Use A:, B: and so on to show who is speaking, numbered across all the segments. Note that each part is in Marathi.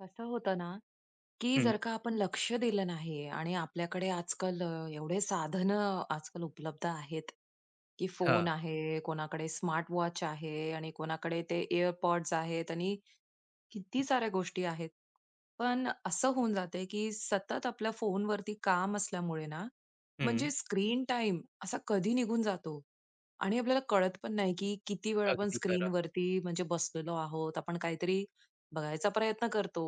A: कसं होतं ना, की
B: हं,
A: जर का आपण लक्ष दिलं नाही आणि आपल्याकडे आजकाल एवढे साधनं आजकाल उपलब्ध आहेत, की फोन
B: हां,
A: आहे, कोणाकडे स्मार्टवॉच आहे आणि कोणाकडे ते एअरपॉड्स आहेत आणि किती साऱ्या गोष्टी आहेत. पण असं होऊन जातंय, की सतत आपल्या फोनवरती काम असल्यामुळे ना,
B: हं.
A: म्हणजे स्क्रीन टाइम असा कधी निघून जातो आणि आपल्याला कळत पण नाही, की किती वेळ आपण
B: अगदी खरं.
A: स्क्रीनवरती म्हणजे बसलेलो आहोत. आपण काहीतरी बघायचा प्रयत्न करतो.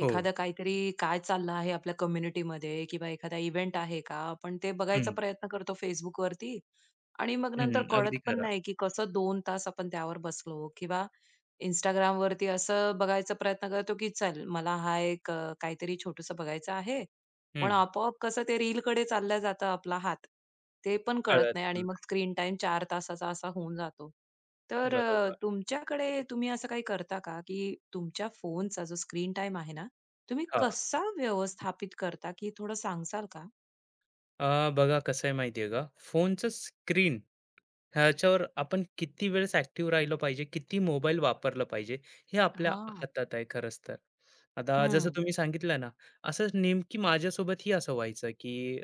B: हो.
A: काहीतरी काय चाललं आहे आपल्या कम्युनिटीमध्ये किंवा एखादा इव्हेंट आहे का? आपण ते बघायचा
B: हं,
A: प्रयत्न करतो Facebookवरती आणि मग नंतर
B: हं.
A: कळत
B: अगदी
A: पण
B: खरं.
A: नाही, की कसं 2 तास आपण त्यावर बसलो किंवा Instagram वरती असं बघायचा प्रयत्न करतो, की चल मला हा एक काहीतरी छोटूसं बघायचं आहे. पण
B: हं.
A: आपोआप कसं ते रीलकडे चालला जातं आपला हात. ते पण कळत
B: कळत
A: नाही आणि मग
B: नाही.
A: स्क्रीन टाईम 4 तासाचा असा होऊन जातो. तर
B: बरोबर.
A: तुमच्याकडे तुम्ही असं काही करता का, की तुमच्या फोनचा जो स्क्रीन टाईम आहे ना, तुम्ही
B: हां.
A: कसा व्यवस्थापित करता, की थोडं सांगाल का?
B: बघा कसं आहे माहिती आहे का, फोनचं स्क्रीन ह्याच्यावर आपण किती वेळेस ॲक्टिव्ह राहिलं पाहिजे, किती मोबाईल वापरलं पाहिजे, हे आपल्या
A: हां.
B: हातात आहे खरंच तर. आता जसं
A: हं.
B: तुम्ही सांगितलं ना, असंच नेमकी माझ्यासोबतही असं व्हायचं, की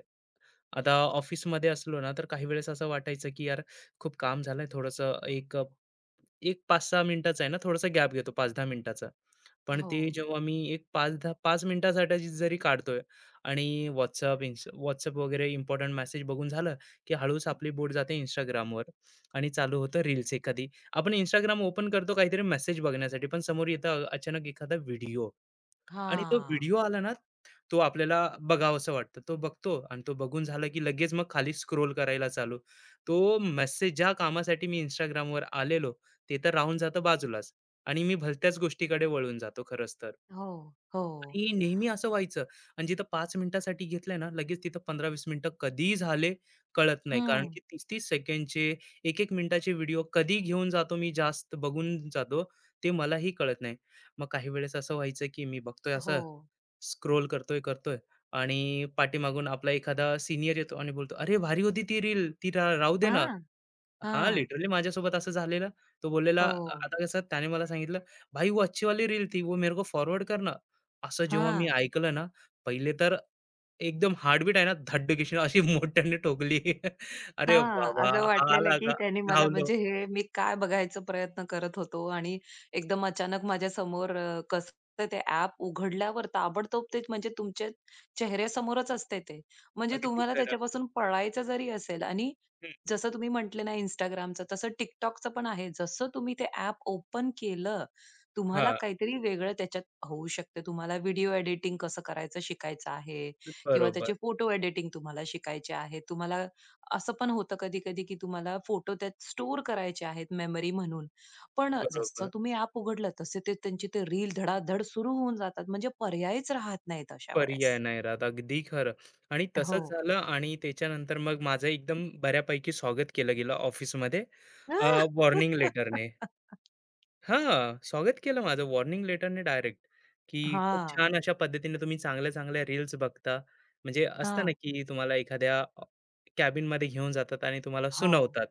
B: आता ऑफिसमध्ये असलो ना, तर काही वेळेस असं वाटायचं, की यार खूप काम झालंय, थोडंसं एक एक 5-6 मिनिटाचा आहे ना, थोडासा गॅप घेतो 5-10 मिनिटाचा. पण
A: हो.
B: ते जेव्हा मी एक 5-10 5 मिनिटासाठी जरी काढतोय आणि WhatsApp, WhatsApp वगैरे इम्पोर्टंट मेसेज बघून झालं, की हळूच आपली बोट जाते Instagramवर आणि चालू होतं रील्स एखादी. आपण Instagram ओपन करतो काहीतरी मेसेज बघण्यासाठी, पण समोर येतं अचानक एखादा व्हिडिओ. आणि तो
A: हां.
B: व्हिडिओ आला ना, तो आपल्याला बघावासा वाटतं. तो बघतो आणि तो बघून झाला, की लगेच मग खाली स्क्रोल करायला चालू. तो मेसेज ज्या कामासाठी मी Instagramवर आलेलो, ते तर राहून जातं बाजूलाच आणि मी भलत्याच गोष्टीकडे वळून जातो खरंच तर.
A: हो, हो.
B: आणि नेहमी असं व्हायचं आणि जिथं 5 मिनिटासाठी घेतलंय ना, लगेच तिथं 15-20 मिनिटं कधी झाले कळत नाही. कारण
A: हं.
B: की 30-30 सेकंडचे, 1 मिनिटाचे व्हिडिओ कधी घेऊन जातो मी जास्त बघून जातो, ते मलाही कळत नाही. मग काही वेळेस असं व्हायचं की मी बघतोय
A: हो.
B: असं, स्क्रोल करतोय, करतोय आणि पाठीमागून आपला एखादा सीनियर येतो आणि बोलतो, "अरे, भारी होती ती रील, ती राहू दे ना."
A: हां,
B: हां,
A: हां.
B: लिटरली माझ्यासोबत असं झालेलं. तो बोललेला
A: हो.
B: आता कसं त्याने मला सांगितलं, "भाई वो अच्छी वाली रील थी, वो मेरे को फॉरवर्ड करना." असं जेव्हा मी
A: हां,
B: ऐकलं ना, पहिले तर एकदम हार्टबीट आहे ना, धड्डकीशी अशी मोठ्याने ठोकली. अरे
A: हां.
B: बाबा!
A: असं
B: हा
A: वाटलेलं
B: आला
A: की
B: का?
A: त्याने मला
B: घावलो.
A: म्हणजे हे मी काय बघायचा प्रयत्न करत होतो आणि एकदम अचानक माझ्यासमोर कसं ते ॲप उघडल्यावर ताबडतोब ते म्हणजे तुमच्या चेहऱ्यासमोरच असते ते. म्हणजे
B: अगदी
A: तुम्हाला
B: खरं.
A: त्याच्यापासून पळायचं जरी असेल आणि
B: हं.
A: जसं तुम्ही म्हटले ना Instagramचं, तसं TikTokचं पण आहे. जसं तुम्ही ते ॲप ओपन केलं, तुम्हाला
B: हां.
A: काहीतरी वेगळं त्याच्यात होऊ शकते. तुम्हाला व्हिडिओ एडिटिंग कसं करायचं शिकायचं आहे किंवा
B: बरोबर,
A: त्याचे फोटो एडिटिंग तुम्हाला शिकायचे आहे. तुम्हाला असं पण होतं कधी-कधी, की तुम्हाला फोटो त्यात स्टोअर करायचे आहेत मेमरी म्हणून. पण जसं
B: बरोबर.
A: तुम्ही ॲप उघडलं, तसे ते त्यांची ते रील धडाधड सुरू होऊन जातात. म्हणजे पर्यायच राहत नाहीत अशा
B: पर्याय
A: वेळेस.
B: नाही राहत. अगदी खरं. आणि
A: हो.
B: तसंच झालं आणि त्याच्यानंतर मग माझं एकदम बऱ्यापैकी स्वागत केलं गेलं ऑफिसमध्ये वॉर्निंग लेटरने. हां, स्वागत केलं माझं वॉर्निंग लेटरने डायरेक्ट, की खूप
A: हां.
B: छान अशा पद्धतीने तुम्ही चांगल्या-चांगल्या रील्स बघता. म्हणजे असतं ना,
A: हां.
B: की तुम्हाला एखाद्या कॅबिनमध्ये घेऊन जातात आणि तुम्हाला
A: हो,
B: सुनावतात.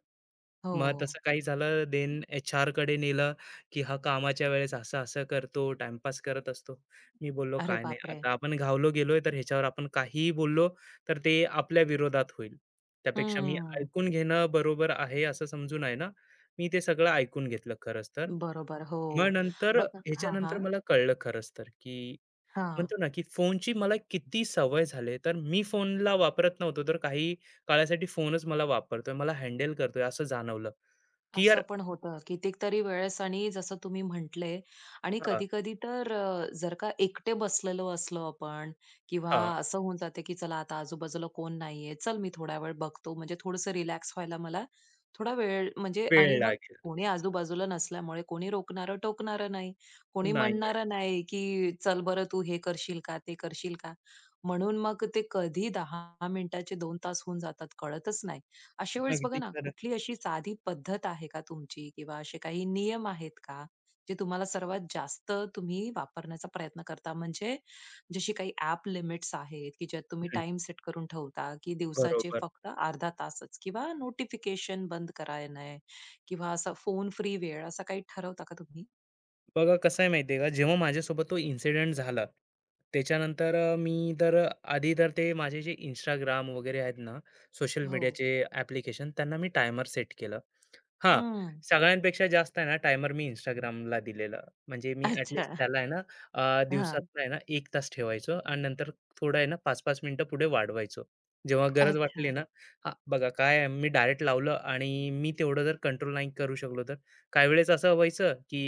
B: मग
A: हो.
B: तसं काही झालं, देन एच आर कडे नेलं, की हा कामाच्या वेळेस असं-असं करतो, टाईमपास करत असतो. मी बोललो,
A: अरे
B: "काय नाही,
A: बापरे!
B: आता आपण घावलो गेलोय, तर ह्याच्यावर आपण काहीही बोललो, तर ते आपल्या विरोधात होईल. त्यापेक्षा मी
A: हं.
B: ऐकून घेणं बरोबर आहे, असं समजून आहे ना, मी ते सगळं ऐकून घेतलं खरंच तर.
A: बरोबर, हो.
B: मग नंतर
A: बघा हां,
B: ह्याच्यानंतर
A: हां.
B: मला कळलं खरंच तर, की
A: हां.
B: म्हणतो ना, की फोनची मला किती सवय झाले तर मी फोनला वापरत नव्हतो, तर काही काळासाठी फोनच मला वापरतोय, मला हँडल करतोय असं जाणवलं, की
A: असं
B: यार
A: पण होतं कितीक तरी वेळेस आणि जसं तुम्ही म्हटले आणि
B: हां,
A: कधी-कधी तर जर का एकटे बसलेलो असलो आपण किंवा
B: हां,
A: असं होऊन जाते, की चला आता आजूबाजूला कोण नाहीये. चल मी थोडा वेळ बघतो म्हणजे थोडंसं रिलॅक्स व्हायला मला थोडा वेळ म्हणजे
B: वेळ
A: आणि मग
B: लागेल.
A: कोणी आजूबाजूला नसल्यामुळे कोणी रोखणारं, टोकणारं नाही. कोणी
B: नाहीये.
A: म्हणणारं नाही, की "चल बरं तू हे करशील का? ते करशील का?" म्हणून मग ते कधी 10 मिनिटाचे 2 तास होऊन जातात कळतच नाही. अशा वेळेस बघा
B: अगदी
A: ना,
B: खरं.
A: कुठली अशी साधी पद्धत आहे का तुमची किंवा असे काही नियम आहेत का, जे तुम्हाला सर्वात जास्त तुम्ही वापरण्याचा प्रयत्न करता? म्हणजे जशी काही ॲप लिमिट्स आहेत, की ज्यात तुम्ही
B: हं,
A: टाइम सेट करून ठेवता, की दिवसाचे
B: बरोबर.
A: फक्त अर्धा तासच किंवा नोटिफिकेशन बंद करणे किंवा असा फोन फ्री वेळ असा काही ठरवता का तुम्ही?
B: बघा कसं आहे माहिती आहे का जेव्हा माझ्यासोबत तो इन्सिडेंट झाला त्याच्यानंतर मी तर आधी तर ते माझे जे इंस्टाग्राम वगैरे आहेत ना सोशल
A: हो.
B: मीडियाचे ॲप्लिकेशन त्यांना मी टायमर सेट केलं हां,
A: हं.
B: सगळ्यांपेक्षा जास्त आहे ना टायमर मी Instagramला दिलेला. म्हणजे मी
A: अच्छा.
B: ॲटलीस्ट त्याला आहे ना
A: हां.
B: दिवसातनं आहे ना 1 तास ठेवायचो आणि नंतर थोडं आहे ना 5-5 मिनिटं पुढे वाढवायचो. जेव्हा गरज वाटली
A: अच्छा.
B: ना हां, बघा काय आहे मी डायरेक्ट लावलं आणि मी तेवढं जर कंट्रोल नाही करू शकलो तर. काही वेळेस असं व्हायचं, की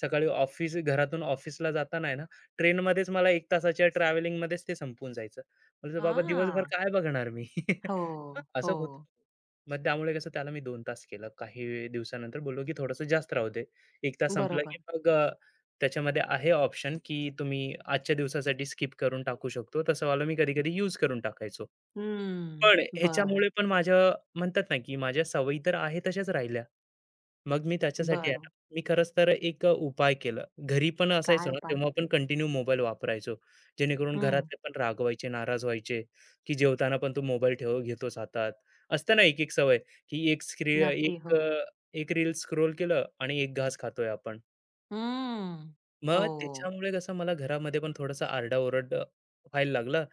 B: सकाळी ऑफिस घरातून ऑफिसला जाताना आहे ना ट्रेनमध्येच मला 1 तासाच्या ट्रॅव्हलिंगमध्येच ते संपून जायचं. म्हटलं, "बाबा दिवसभर
A: हां.
B: काय बघणार मी?"
A: हो,
B: असं
A: हो.
B: होतं. मग त्यामुळे कसं त्याला मी 2 तास केलं. काही दिवसानंतर बोललो, की "थोडंसं जास्त राहू दे." 1 तास संपला,
A: बरोबर.
B: की मग त्याच्यामध्ये आहे ऑप्शन, की तुम्ही आजच्या दिवसासाठी स्किप करून टाकू शकतो. तसं वालं मी कधी-कधी यूज करून टाकायचो.
A: हं.
B: पण
A: बरं,
B: ह्याच्यामुळे पण माझ्या म्हणतात ना, की माझ्या सवयी तर आहे तशाच राहिल्या. मग मी त्याच्यासाठी आहे ना,
A: बरं.
B: मी खरंच तर एक उपाय केला. घरी पण असायचो
A: काय
B: ना,
A: पाय?
B: तेव्हा पण कंटिन्यू मोबाईल वापरायचो. जेणेकरून
A: हं.
B: घरातले पण रागवायचे, नाराज व्हायचे, की जेवताना पण तू मोबाईल ठेव घेतोस हातात. असतं ना, एक-एक सवय, की
A: नक्की,
B: एक
A: हो.
B: अ, एक रील स्क्रोल केलं आणि एक घास खातोय आपण.
A: हं.
B: मग
A: हो.
B: त्याच्यामुळे कसं मला घरामध्ये पण थोडासा आरडाओरड व्हायला लागला.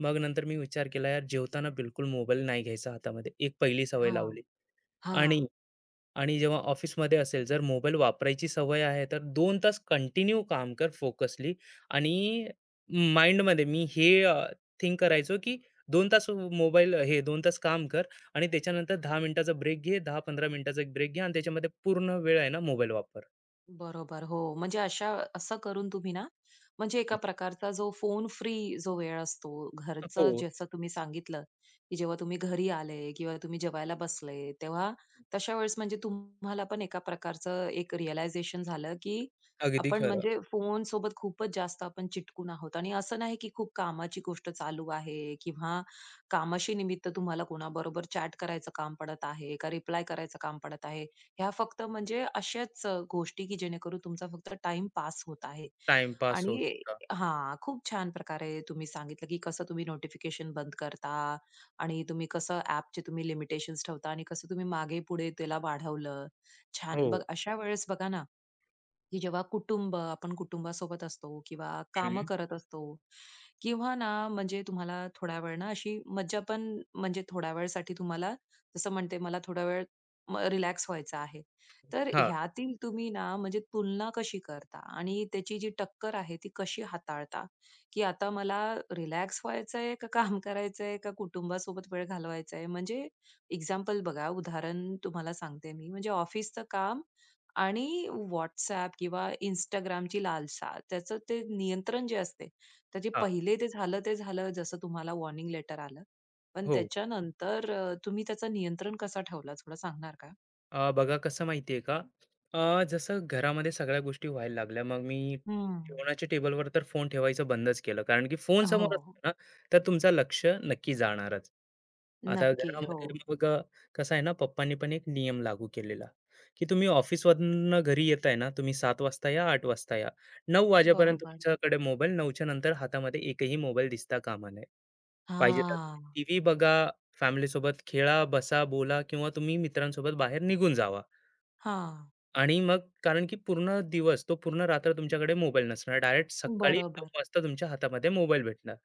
B: मग नंतर मी विचार केला, यार जेवताना बिलकुल मोबाईल नाही घ्यायचा हातामध्ये. एक पहिली सवय
A: हां.
B: लावली आणि
A: हां.
B: आणि जेव्हा ऑफिसमध्ये असेल, जर मोबाईल वापरायची सवय आहे, तर 2 तास कंटिन्यू काम कर फोकसली आणि माइंडमध्ये मी हे थिंक करायचो, की 2 तास मोबाईल हे 2 तास काम कर आणि त्याच्यानंतर 10 मिनिटाचा ब्रेक घे, 10-15 मिनिटाचा एक ब्रेक घे आणि त्याच्यामध्ये पूर्ण वेळ आहे ना मोबाईल वापर.
A: बरोबर. हो. म्हणजे अशा असं करून तुम्ही ना, म्हणजे एका प्रकारचा जो फोन फ्री जो वेळ असतो, घरचं
B: हो,
A: जसं तुम्ही सांगितलं, की जेव्हा तुम्ही घरी आले किंवा तुम्ही जेवायला बसले, तेव्हा तशा वेळेस म्हणजे तुम्हाला पण एका प्रकारचं एक रिअलायझेशन झालं, की
B: अगदी
A: आपण
B: खरं.
A: म्हणजे फोनसोबत खूपच जास्त आपण चिटकून आहोत आणि असं नाही, की खूप कामाची गोष्ट चालू आहे किंवा कामाशी निमित्त तुम्हाला कोणाबरोबर चॅट करायचं काम पडत आहे, का रिप्लाय करायचं काम पडत आहे. ह्या फक्त म्हणजे अशाच गोष्टी की जेणेकरून तुमचा फक्त टाईम पास होत आहे.
B: टाईमपास होत
A: आणि
B: होता.
A: हां, खूप छान प्रकारे तुम्ही सांगितलं की कसं तुम्ही नोटिफिकेशन बंद करता आणि तुम्ही कसं ॲपचे तुम्ही लिमिटेशन्स ठेवता आणि कसं तुम्ही मागे-पुढे त्याला वाढवलं.
B: हो.
A: छान. बघ अशा वेळेस बघा ना की जेव्हा कुटुंब आपण कुटुंबासोबत असतो किंवा कामं
B: हं.
A: करत असतो किंवा ना म्हणजे तुम्हाला थोड्या वेळ ना अशी मज्जा पण म्हणजे थोड्या वेळसाठी तुम्हाला जसं म्हणते मला थोडा वेळ रिलॅक्स व्हायचा आहे तर
B: हां,
A: ह्यातील तुम्ही ना म्हणजे तुलना कशी करता आणि त्याची जी टक्कर आहे ती कशी हाताळता की आता मला रिलॅक्स व्हायचंय का काम करायचंय का कुटुंबासोबत वेळ घालवायचा आहे म्हणजे एक्झाम्पल बघा उदाहरण तुम्हाला सांगते मी म्हणजे ऑफिसचं काम आणि WhatsApp किंवा Instagramची लालसा, त्याचं ते नियंत्रण जे असते, त्याचे
B: हां.
A: पहिले ते झालं ते झालं, जसं तुम्हाला वॉर्निंग लेटर आलं. पण
B: हो.
A: त्याच्यानंतर तुम्ही त्याचं नियंत्रण कसा ठेवलं थोडं सांगणार का?
B: बघा कसं माहिती आहे का? जसं घरामध्ये सगळ्या गोष्टी व्हायला लागल्या, मग मी
A: हं.
B: जेवणाच्या टेबलवर तर फोन ठेवायचं बंदच केलं. कारण की फोन समोर
A: हो.
B: असला ना, तर तुमचं लक्ष नक्की जाणारच. आता
A: नक्की. हो.
B: घरामध्ये मग कसं आहे ना, पप्पांनी पण एक नियम लागू केलेला, की तुम्ही ऑफिसवरून घरी येताय ना, तुम्ही 7:00 वाजता या, 8:00 वाजता या. 9:00 वाजेपर्यंत
A: बरोबर.
B: तुमच्याकडे मोबाईल, 9:00च्या नंतर हातामध्ये एकही मोबाईल दिसता कामा नये. पाहिजे तर तुम्ही
A: हा,
B: टीव्ही बघा, फॅमिलीसोबत खेळा, बसा, बोला किंवा तुम्ही मित्रांसोबत बाहेर निघून जावा.
A: हा,
B: आणि मग कारण की पूर्ण दिवस, तो पूर्ण रात्र तुमच्याकडे मोबाईल नसणार. डायरेक्ट सकाळी तो
A: बरोबर.
B: मस्त तुमच्या हातामध्ये मोबाईल भेटणार.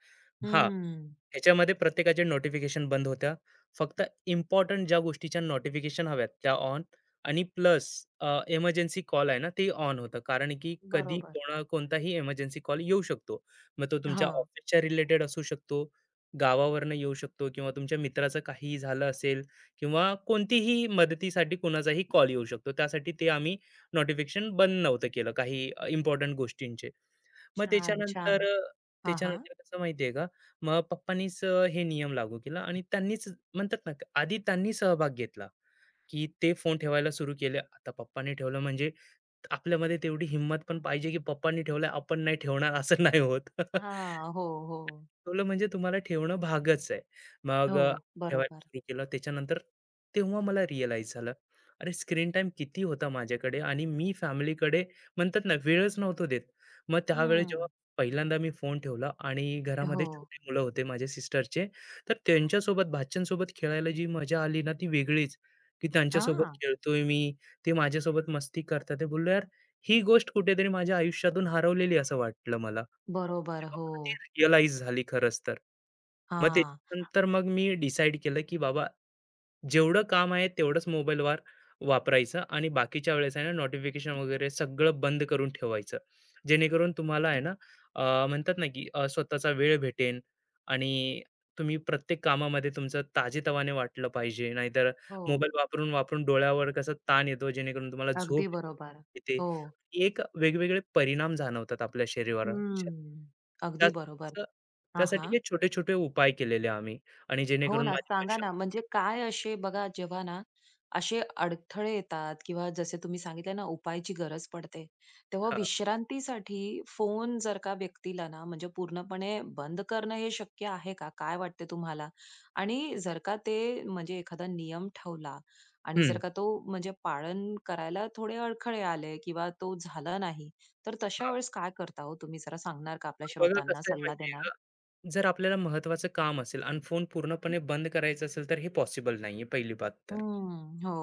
B: हां,
A: हं.
B: ह्याच्यामध्ये प्रत्येकाचे नोटिफिकेशन बंद होत्या. फक्त इम्पोर्टंट ज्या गोष्टीच्या नोटिफिकेशन हव्यात त्या ऑन आणि प्लस इमर्जन्सी कॉल आहे ना, ते ऑन होतं. कारण की कधी
A: बरोबर.
B: कोणा कोणताही इमर्जन्सी कॉल येऊ शकतो. मग तो तुमच्या
A: हां.
B: ऑफिसच्या रिलेटेड असू शकतो, गावावरून येऊ शकतो किंवा तुमच्या मित्राचं काहीही झालं असेल किंवा कोणतीही मदतीसाठी कोणाचाही कॉल येऊ शकतो. त्यासाठी ते आम्ही नोटिफिकेशन बंद नव्हतं केलं काही इम्पोर्टंट गोष्टींचे. मग
A: छान, छान.
B: त्याच्यानंतर अ,
A: हां, हां.
B: त्याच्यानंतर कसं माहिती आहे का, मग पप्पांनीच हे नियम लागू केला आणि त्यांनीच म्हणतात ना, आधी त्यांनी सहभाग घेतला. की ते फोन ठेवायला सुरू केले. आता पप्पांनी ठेवलं म्हणजे आपल्यामध्ये तेवढी हिंमत पण पाहिजे, की पप्पांनी ठेवलाय आपण नाही ठेवणार असं नाही होत.
A: हां. हो, हो.
B: ठेवलं म्हणजे तुम्हाला ठेवणं भागच आहे. मग
A: हो.
B: ठेवायला
A: बरोबर.
B: सुरू केलं. त्याच्यानंतर तेव्हा मला रिअलाईज झालं, अरे स्क्रीन टाईम किती होता माझ्याकडे आणि मी फॅमिलीकडे म्हणतात ना वेळच नव्हतो देत. मग त्यावेळेस जेव्हा
A: हं.
B: पहिल्यांदा मी फोन ठेवला आणि घरामध्ये
A: हो.
B: छोटे मुलं होते माझ्या सिस्टरचे, तर त्यांच्यासोबत भाच्यांसोबत खेळायला जी मजा आली ना ती वेगळीच. की त्यांच्यासोबत
A: हां.
B: खेळतोय मी, ते माझ्यासोबत मस्ती करतात. ते बोललो, "यार, ही गोष्ट कुठेतरी माझ्या आयुष्यातून हरवलेली" असं वाटलं मला.
A: बरोबर,
B: तेव्हा
A: हो.
B: मला ती रिअलाईज झाली खरंच तर. मग
A: हां.
B: त्याच्यानंतर मग मी डिसाईड केलं, की बाबा जेवढं काम आहे तेवढंच मोबाईलवर वापरायचं आणि बाकीच्या वेळेस आहे ना नोटिफिकेशन वगैरे सगळं बंद करून ठेवायचं. जेणेकरून तुम्हाला आहे ना अ, म्हणतात ना की स्वतःचा वेळ भेटेल आणि तुम्ही प्रत्येक कामामध्ये तुमचं ताजेतवाने वाटलं पाहिजे. नाहीतर
A: हो.
B: मोबाईल वापरून, वापरून डोळ्यावर कसा ताण येतो जेणेकरून तुम्हाला झोप
A: अगदी बरोबर.
B: येते.
A: हो.
B: एक वेगवेगळे परिणाम जाणवतात आपल्या शरीरावर.
A: हम्म. अगदी बरोबर.
B: त्याचं
A: हां,
B: त्यासाठी
A: हां.
B: हे छोटे-छोटे उपाय केलेले आम्ही आणि
A: हो
B: जेणेकरून
A: ना,
B: माझ्या
A: सांगा ना.
B: आयुष्यात
A: म्हणजे काय असे बघा जेव्हा ना, असे अडथळे येतात किंवा जसे तुम्ही सांगितले ना, उपायाची गरज पडते. तेव्हा
B: हां.
A: विश्रांतीसाठी फोन जर का व्यक्तीला ना, म्हणजे पूर्णपणे बंद करणं हे शक्य आहे का? काय वाटते तुम्हाला? आणि जर का ते म्हणजे एखादा नियम ठेवला आणि जर
B: हं.
A: का तो म्हणजे पालन करायला थोडे अडखळे आले किंवा तो झाला नाही, तर तशा
B: हां,
A: वेळेस काय करता हो तुम्ही? जरा सांगणार का आपल्या
B: तर बघा
A: श्रोतांना
B: कसं आहे
A: सल्ला
B: माहिती
A: देणार?
B: का, जर आपल्याला महत्त्वाचं काम असेल आणि फोन पूर्णपणे बंद करायचा असेल, तर हे पॉसिबल नाही आहे पहिली बात तर. हं.
A: हं, हो.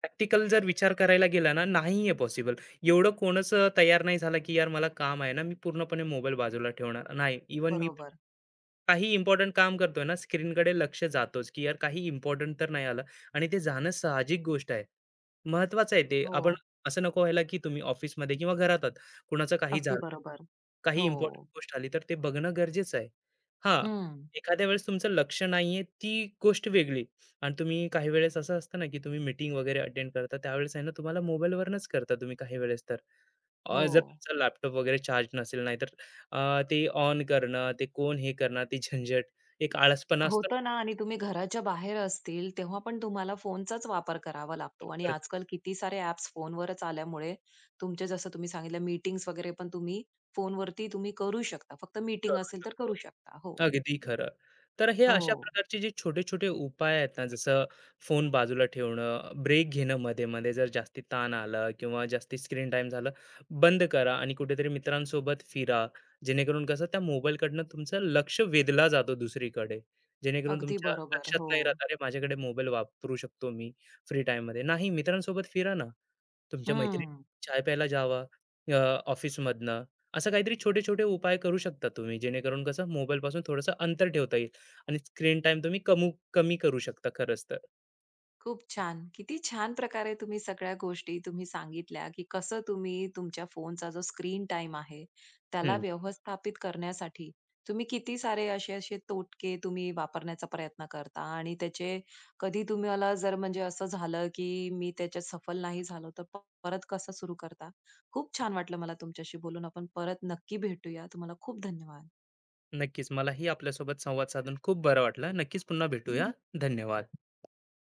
B: प्रॅक्टिकल जर विचार करायला गेला ना, नाही आहे पॉसिबल. एवढं कोणच तयार नाही झालं, की यार मला काम आहे ना, मी पूर्णपणे मोबाईल बाजूला ठेवणार. नाही, इव्हन मी
A: बरोबर.
B: काही इम्पॉर्टंट काम करतोय ना, स्क्रीनकडे लक्ष जातोच, की यार काही इम्पॉर्टंट तर नाही आलं आणि ते जाणं साहजिक गोष्ट आहे. महत्वाचं आहे ते.
A: हो.
B: आपण असं नको व्हायला, की तुम्ही ऑफिसमध्ये किंवा घरात आहात, कुणाचं काही
A: अगदी
B: झालं,
A: बरोबर.
B: काही
A: हो.
B: इम्पॉर्टंट गोष्ट आली तर ते बघणं गरजेचं आहे. हां,
A: हं.
B: एखाद्या वेळेस तुमचं लक्ष नाहीये ती गोष्ट वेगळी आणि तुम्ही काही वेळेस असं असतं ना, की तुम्ही मीटिंग वगैरे अटेंड करता त्यावेळेस आहे ना, तुम्हाला मोबाईलवरनंच करता तुम्ही काही वेळेस तर.
A: हो.
B: जर तुमचा लॅपटॉप वगैरे चार्ज नसेल, नाहीतर ते ऑन करणं, ते कोण हे करणार, ते झंझट, एक आळसपणा असतो ना,
A: होतं ना आणि तुम्ही घराच्या बाहेर असतील, तेव्हा पण तुम्हाला फोनचाच वापर करावा लागतो आणि
B: आपण
A: आजकाल किती सारे ॲप्स फोनवरच आल्यामुळे तुमचे जसं तुम्ही सांगितलं मीटिंग्स वगैरे पण तुम्ही फोनवरती तुम्ही करू शकता. फक्त मीटिंग
B: करू
A: असेल तर करू
B: शकतो.
A: शकता. हो.
B: अगदी खरं. तर हे अशा
A: हो.
B: प्रकारचे जे छोटे-छोटे उपाय आहेत ना, जसं फोन बाजूला ठेवणं, ब्रेक घेणं मध्ये-मध्ये जर जास्ती ताण आला किंवा जास्ती स्क्रीन टाइम झालं, बंद करा आणि कुठेतरी मित्रांसोबत फिरा. जेणेकरून कसं त्या मोबाईलकडनं तुमचं लक्ष वेधला जातो दुसरीकडे. जेणेकरून
A: अगदी
B: तुमच्या
A: बरोबर.
B: लक्षात
A: हो.
B: नाही राहत, "अरे, माझ्याकडे मोबाईल वापरू शकतो मी फ्री टाईममध्ये." नाही, मित्रांसोबत फिरा ना. तुमच्या मैत्रिणी
A: हं.
B: चाय प्यायला जावा ऑफिसमधनं असं काहीतरी छोटे-छोटे उपाय करू शकता तुम्ही, जेणेकरून कसं मोबाईलपासून थोडंसं अंतर ठेवता येईल आणि स्क्रीन टाईम तुम्ही कमी करू शकता खरंच तर.
A: खूप छान. किती छान प्रकारे तुम्ही सगळ्या गोष्टी तुम्ही सांगितल्या, की कसं तुम्ही तुमच्या फोनचा जो स्क्रीन टाईम आहे, त्याला
B: हं,
A: व्यवस्थापित करण्यासाठी तुम्ही किती सारे असे-असे तोटके तुम्ही वापरण्याचा प्रयत्न करता आणि त्याचे कधी तुम्हाला जर म्हणजे असं झालं, की मी त्याच्यात सफल नाही झालो, तर परत कसं सुरू करता? खूप छान वाटलं मला तुमच्याशी बोलून. आपण परत नक्की भेटूया. तुम्हाला खूप धन्यवाद.
B: नक्कीच मलाही आपल्यासोबत संवाद साधून खूप बरं वाटलं. नक्कीच पुन्हा भेटूया. धन्यवाद.